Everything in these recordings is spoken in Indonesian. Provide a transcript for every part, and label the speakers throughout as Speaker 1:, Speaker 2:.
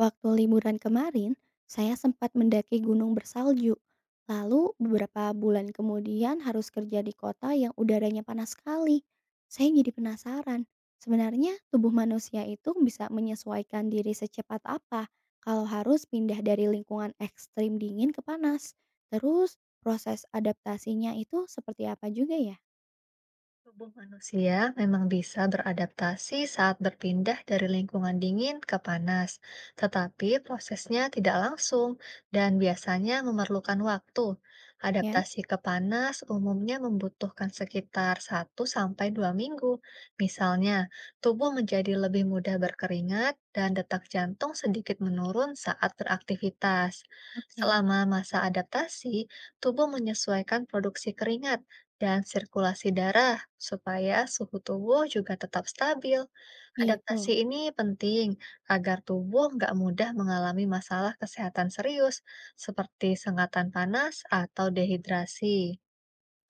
Speaker 1: Waktu liburan kemarin, saya sempat mendaki gunung bersalju. Lalu beberapa bulan kemudian harus kerja di kota yang udaranya panas sekali. Saya jadi penasaran, sebenarnya tubuh manusia itu bisa menyesuaikan diri secepat apa kalau harus pindah dari lingkungan ekstrim dingin ke panas. Terus proses adaptasinya itu seperti apa juga ya?
Speaker 2: Tubuh manusia memang bisa beradaptasi saat berpindah dari lingkungan dingin ke panas, tetapi prosesnya tidak langsung dan biasanya memerlukan waktu.
Speaker 1: Ya,
Speaker 2: Adaptasi ke panas umumnya membutuhkan sekitar 1 sampai 2 minggu. Misalnya, tubuh menjadi lebih mudah berkeringat dan detak jantung sedikit menurun saat beraktivitas.
Speaker 1: oke,
Speaker 2: Selama masa adaptasi, tubuh menyesuaikan produksi keringat dan sirkulasi darah supaya suhu tubuh juga tetap stabil. Adaptasi
Speaker 1: gitu.
Speaker 2: ini penting agar tubuh nggak mudah mengalami masalah kesehatan serius seperti sengatan panas atau dehidrasi.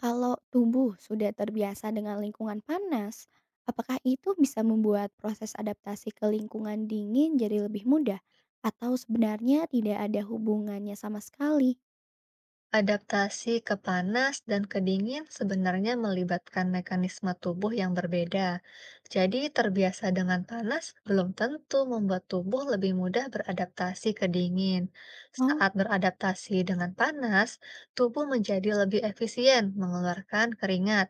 Speaker 1: Kalau tubuh sudah terbiasa dengan lingkungan panas, apakah itu bisa membuat proses adaptasi ke lingkungan dingin jadi lebih mudah? Atau sebenarnya tidak ada hubungannya sama sekali?
Speaker 2: Adaptasi ke panas dan ke dingin sebenarnya melibatkan mekanisme tubuh yang berbeda. Jadi, terbiasa dengan panas belum tentu membuat tubuh lebih mudah beradaptasi ke dingin.
Speaker 1: Oh,
Speaker 2: Saat beradaptasi dengan panas, tubuh menjadi lebih efisien mengeluarkan keringat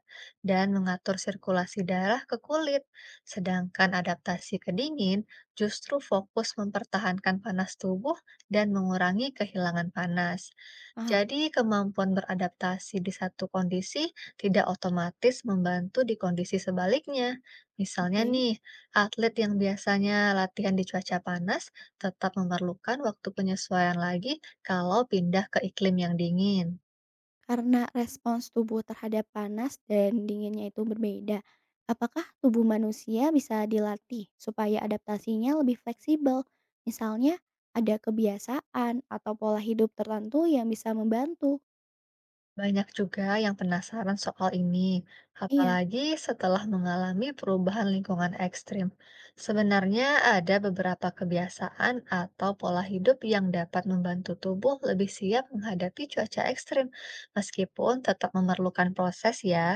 Speaker 2: dan mengatur sirkulasi darah ke kulit. Sedangkan adaptasi ke dingin justru fokus mempertahankan panas tubuh dan mengurangi kehilangan panas.
Speaker 1: paham.
Speaker 2: Jadi, kemampuan beradaptasi di satu kondisi tidak otomatis membantu di kondisi sebaliknya. Misalnya
Speaker 1: Oke.
Speaker 2: nih, atlet yang biasanya latihan di cuaca panas tetap memerlukan waktu penyesuaian lagi kalau pindah ke iklim yang dingin.
Speaker 1: Karena respons tubuh terhadap panas dan dinginnya itu berbeda, apakah tubuh manusia bisa dilatih supaya adaptasinya lebih fleksibel? Misalnya, ada kebiasaan atau pola hidup tertentu yang bisa membantu?
Speaker 2: Banyak juga yang penasaran soal ini,
Speaker 1: Iya.
Speaker 2: apalagi setelah mengalami perubahan lingkungan ekstrim. Sebenarnya ada beberapa kebiasaan atau pola hidup yang dapat membantu tubuh lebih siap menghadapi cuaca ekstrim, meskipun tetap memerlukan proses ya.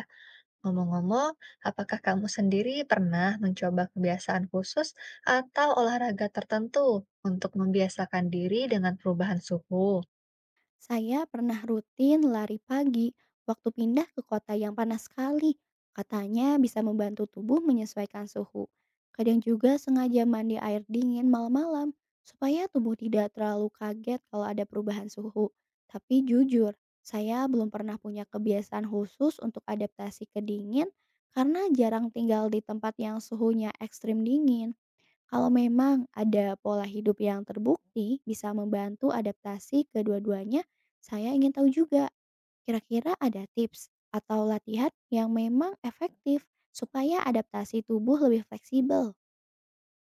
Speaker 2: Ngomong-ngomong, apakah kamu sendiri pernah mencoba kebiasaan khusus atau olahraga tertentu untuk membiasakan diri dengan perubahan suhu?
Speaker 1: Saya pernah rutin lari pagi waktu pindah ke kota yang panas sekali. Katanya bisa membantu tubuh menyesuaikan suhu. Kadang juga sengaja mandi air dingin malam-malam supaya tubuh tidak terlalu kaget kalau ada perubahan suhu. Tapi jujur, saya belum pernah punya kebiasaan khusus untuk adaptasi ke dingin karena jarang tinggal di tempat yang suhunya ekstrim dingin. Kalau memang ada pola hidup yang terbukti bisa membantu adaptasi kedua-duanya, saya ingin tahu juga kira-kira ada tips atau latihan yang memang efektif supaya adaptasi tubuh lebih fleksibel.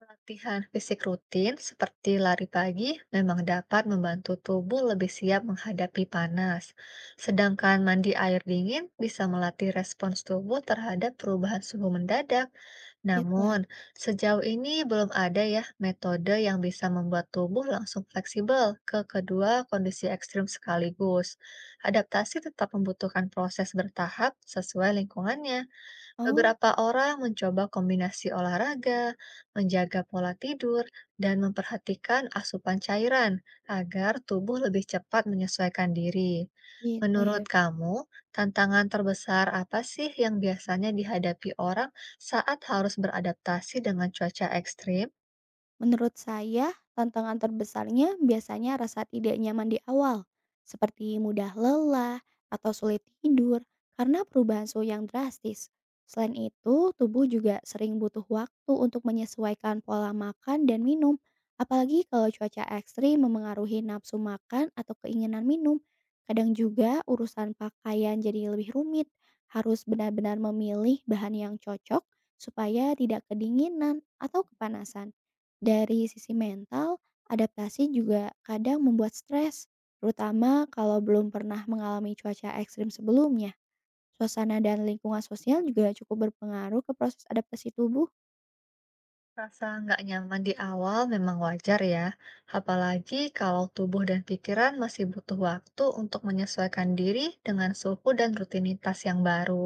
Speaker 2: Latihan fisik rutin seperti lari pagi memang dapat membantu tubuh lebih siap menghadapi panas, sedangkan mandi air dingin bisa melatih respons tubuh terhadap perubahan suhu mendadak.
Speaker 1: Gitu lah.
Speaker 2: Namun, sejauh ini belum ada ya metode yang bisa membuat tubuh langsung fleksibel ke kedua kondisi ekstrim sekaligus. Adaptasi tetap membutuhkan proses bertahap sesuai lingkungannya.
Speaker 1: Oh,
Speaker 2: Beberapa orang mencoba kombinasi olahraga, menjaga pola tidur, dan memperhatikan asupan cairan agar tubuh lebih cepat menyesuaikan diri.
Speaker 1: gitu ya.
Speaker 2: Menurut kamu, tantangan terbesar apa sih yang biasanya dihadapi orang saat harus beradaptasi dengan cuaca ekstrim?
Speaker 1: Menurut saya, tantangan terbesarnya biasanya rasa tidak nyaman di awal, seperti mudah lelah atau sulit tidur karena perubahan suhu yang drastis. Selain itu, tubuh juga sering butuh waktu untuk menyesuaikan pola makan dan minum, apalagi kalau cuaca ekstrim memengaruhi nafsu makan atau keinginan minum. Kadang juga urusan pakaian jadi lebih rumit, harus benar-benar memilih bahan yang cocok supaya tidak kedinginan atau kepanasan. Dari sisi mental, adaptasi juga kadang membuat stres, terutama kalau belum pernah mengalami cuaca ekstrim sebelumnya. Suasana dan lingkungan sosial juga cukup berpengaruh ke proses adaptasi tubuh,
Speaker 2: Rasa nggak nyaman di awal memang wajar ya, apalagi kalau tubuh dan pikiran masih butuh waktu untuk menyesuaikan diri dengan suhu dan rutinitas yang baru.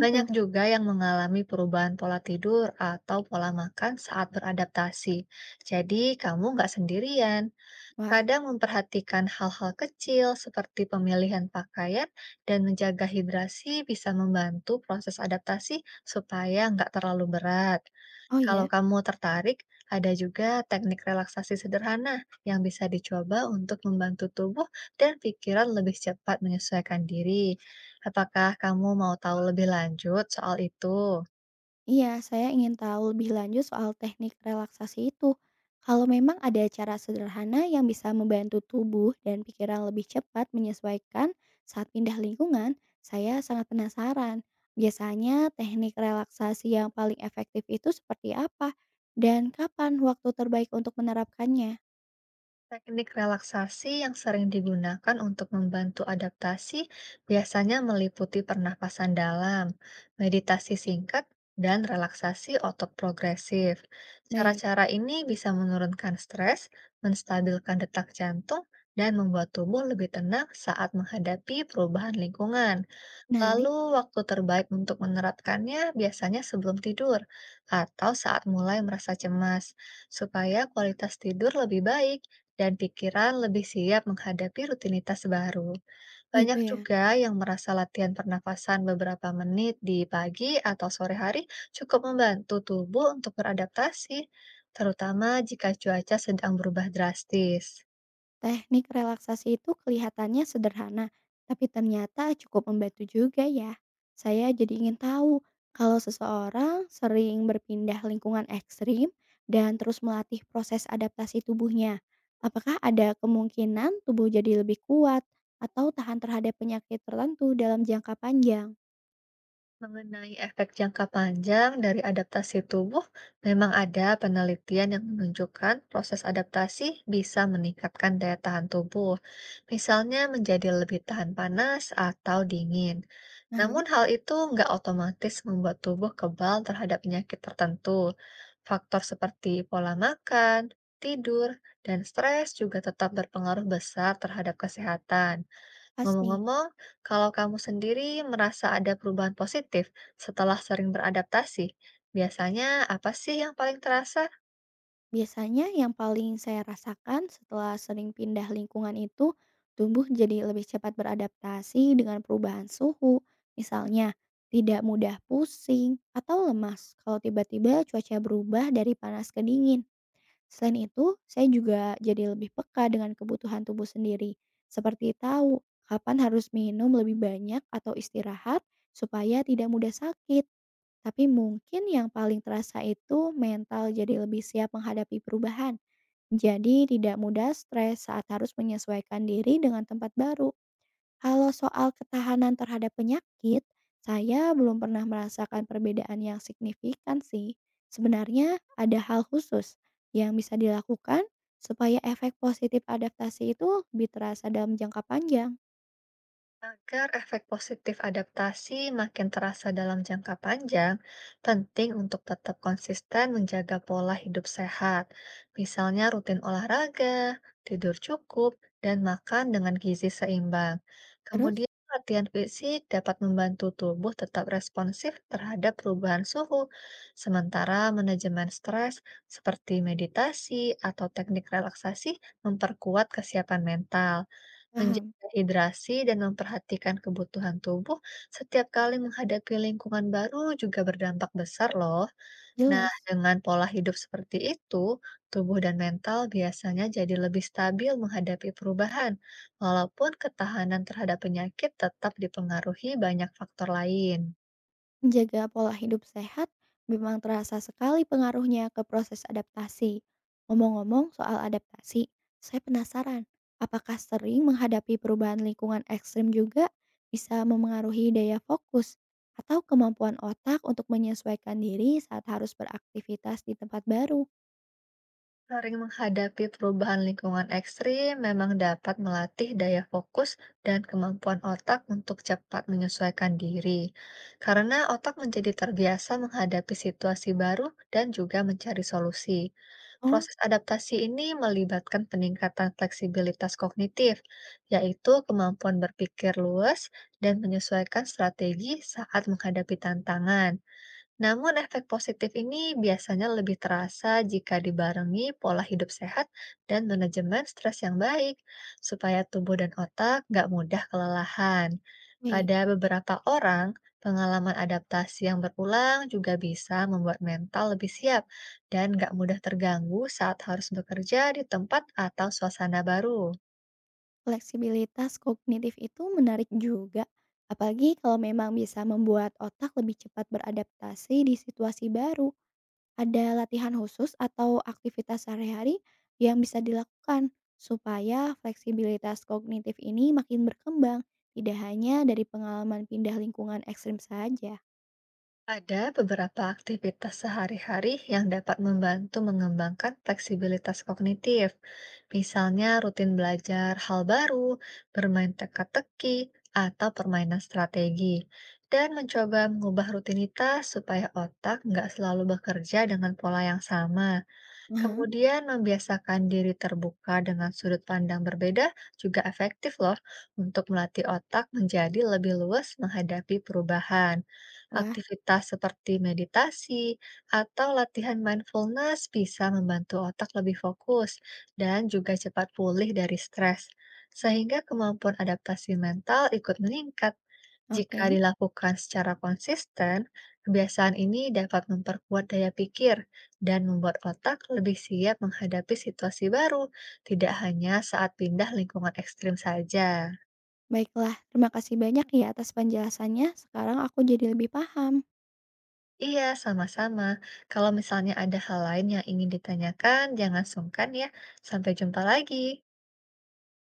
Speaker 2: Banyak juga yang mengalami perubahan pola tidur atau pola makan saat beradaptasi. Jadi, kamu nggak sendirian.
Speaker 1: Wah,
Speaker 2: Kadang memperhatikan hal-hal kecil seperti pemilihan pakaian dan menjaga hidrasi bisa membantu proses adaptasi supaya nggak terlalu berat.
Speaker 1: oh
Speaker 2: Kalau
Speaker 1: ya.
Speaker 2: kamu tertarik, ada juga teknik relaksasi sederhana yang bisa dicoba untuk membantu tubuh dan pikiran lebih cepat menyesuaikan diri. Apakah kamu mau tahu lebih lanjut soal itu?
Speaker 1: Iya, saya ingin tahu lebih lanjut soal teknik relaksasi itu. Kalau memang ada cara sederhana yang bisa membantu tubuh dan pikiran lebih cepat menyesuaikan saat pindah lingkungan, saya sangat penasaran. Biasanya teknik relaksasi yang paling efektif itu seperti apa dan kapan waktu terbaik untuk menerapkannya?
Speaker 2: Teknik relaksasi yang sering digunakan untuk membantu adaptasi biasanya meliputi pernapasan dalam, meditasi singkat, dan relaksasi otot progresif.
Speaker 1: Baik,
Speaker 2: Cara-cara ini bisa menurunkan stres, menstabilkan detak jantung, dan membuat tubuh lebih tenang saat menghadapi perubahan lingkungan.
Speaker 1: menarik
Speaker 2: Lalu, waktu terbaik untuk menerapkannya biasanya sebelum tidur atau saat mulai merasa cemas, supaya kualitas tidur lebih baik dan pikiran lebih siap menghadapi rutinitas baru.
Speaker 1: gitu
Speaker 2: Banyak
Speaker 1: ya.
Speaker 2: juga yang merasa latihan pernafasan beberapa menit di pagi atau sore hari cukup membantu tubuh untuk beradaptasi, terutama jika cuaca sedang berubah drastis.
Speaker 1: Teknik relaksasi itu kelihatannya sederhana, tapi ternyata cukup membantu juga ya. Saya jadi ingin tahu kalau seseorang sering berpindah lingkungan ekstrim dan terus melatih proses adaptasi tubuhnya, apakah ada kemungkinan tubuh jadi lebih kuat atau tahan terhadap penyakit tertentu dalam jangka panjang?
Speaker 2: Mengenai efek jangka panjang dari adaptasi tubuh, memang ada penelitian yang menunjukkan proses adaptasi bisa meningkatkan daya tahan tubuh, misalnya menjadi lebih tahan panas atau dingin.
Speaker 1: Nah,
Speaker 2: Namun hal itu nggak otomatis membuat tubuh kebal terhadap penyakit tertentu. Faktor seperti pola makan, tidur, dan stres juga tetap berpengaruh besar terhadap kesehatan.
Speaker 1: pasti.
Speaker 2: Ngomong-ngomong, kalau kamu sendiri merasa ada perubahan positif setelah sering beradaptasi, biasanya apa sih yang paling terasa?
Speaker 1: Biasanya yang paling saya rasakan setelah sering pindah lingkungan itu, tubuh jadi lebih cepat beradaptasi dengan perubahan suhu. Misalnya, tidak mudah pusing atau lemas kalau tiba-tiba cuaca berubah dari panas ke dingin. Selain itu, saya juga jadi lebih peka dengan kebutuhan tubuh sendiri, seperti tahu kapan harus minum lebih banyak atau istirahat supaya tidak mudah sakit. Tapi mungkin yang paling terasa itu mental jadi lebih siap menghadapi perubahan. Jadi tidak mudah stres saat harus menyesuaikan diri dengan tempat baru. Kalau soal ketahanan terhadap penyakit, saya belum pernah merasakan perbedaan yang signifikan sih. Sebenarnya ada hal khusus yang bisa dilakukan supaya efek positif adaptasi itu lebih terasa dalam jangka panjang.
Speaker 2: Agar efek positif adaptasi makin terasa dalam jangka panjang, penting untuk tetap konsisten menjaga pola hidup sehat, misalnya rutin olahraga, tidur cukup, dan makan dengan gizi seimbang.
Speaker 1: Terus,
Speaker 2: Kemudian, latihan fisik dapat membantu tubuh tetap responsif terhadap perubahan suhu, sementara manajemen stres seperti meditasi atau teknik relaksasi memperkuat kesiapan mental.
Speaker 1: paham,
Speaker 2: Menjaga hidrasi dan memperhatikan kebutuhan tubuh setiap kali menghadapi lingkungan baru juga berdampak besar loh. Nah,
Speaker 1: jelas.
Speaker 2: dengan pola hidup seperti itu, tubuh dan mental biasanya jadi lebih stabil menghadapi perubahan, walaupun ketahanan terhadap penyakit tetap dipengaruhi banyak faktor lain.
Speaker 1: Menjaga pola hidup sehat memang terasa sekali pengaruhnya ke proses adaptasi. Ngomong-ngomong soal adaptasi, saya penasaran, apakah sering menghadapi perubahan lingkungan ekstrim juga bisa memengaruhi daya fokus atau kemampuan otak untuk menyesuaikan diri saat harus beraktivitas di tempat baru?
Speaker 2: Sering menghadapi perubahan lingkungan ekstrim memang dapat melatih daya fokus dan kemampuan otak untuk cepat menyesuaikan diri, karena otak menjadi terbiasa menghadapi situasi baru dan juga mencari solusi.
Speaker 1: Oh,
Speaker 2: Proses adaptasi ini melibatkan peningkatan fleksibilitas kognitif, yaitu kemampuan berpikir luas dan menyesuaikan strategi saat menghadapi tantangan. Namun efek positif ini biasanya lebih terasa jika dibarengi pola hidup sehat dan manajemen stres yang baik, supaya tubuh dan otak nggak mudah kelelahan.
Speaker 1: baik.
Speaker 2: Pada beberapa orang, pengalaman adaptasi yang berulang juga bisa membuat mental lebih siap dan nggak mudah terganggu saat harus bekerja di tempat atau suasana baru.
Speaker 1: Fleksibilitas kognitif itu menarik juga. Apalagi kalau memang bisa membuat otak lebih cepat beradaptasi di situasi baru. Ada latihan khusus atau aktivitas sehari-hari yang bisa dilakukan supaya fleksibilitas kognitif ini makin berkembang, tidak hanya dari pengalaman pindah lingkungan ekstrim saja.
Speaker 2: Ada beberapa aktivitas sehari-hari yang dapat membantu mengembangkan fleksibilitas kognitif, misalnya rutin belajar hal baru, bermain teka-teki, atau permainan strategi, dan mencoba mengubah rutinitas supaya otak nggak selalu bekerja dengan pola yang sama.
Speaker 1: Aha,
Speaker 2: Kemudian membiasakan diri terbuka dengan sudut pandang berbeda juga efektif loh untuk melatih otak menjadi lebih luas menghadapi perubahan.
Speaker 1: wah,
Speaker 2: Aktivitas seperti meditasi atau latihan mindfulness bisa membantu otak lebih fokus dan juga cepat pulih dari stres, sehingga kemampuan adaptasi mental ikut meningkat. Jika
Speaker 1: oke.
Speaker 2: dilakukan secara konsisten, kebiasaan ini dapat memperkuat daya pikir dan membuat otak lebih siap menghadapi situasi baru, tidak hanya saat pindah lingkungan ekstrim saja.
Speaker 1: Baiklah, terima kasih banyak ya atas penjelasannya. Sekarang aku jadi lebih paham.
Speaker 2: Iya, sama-sama. Kalau misalnya ada hal lain yang ingin ditanyakan, jangan sungkan ya. Sampai jumpa lagi.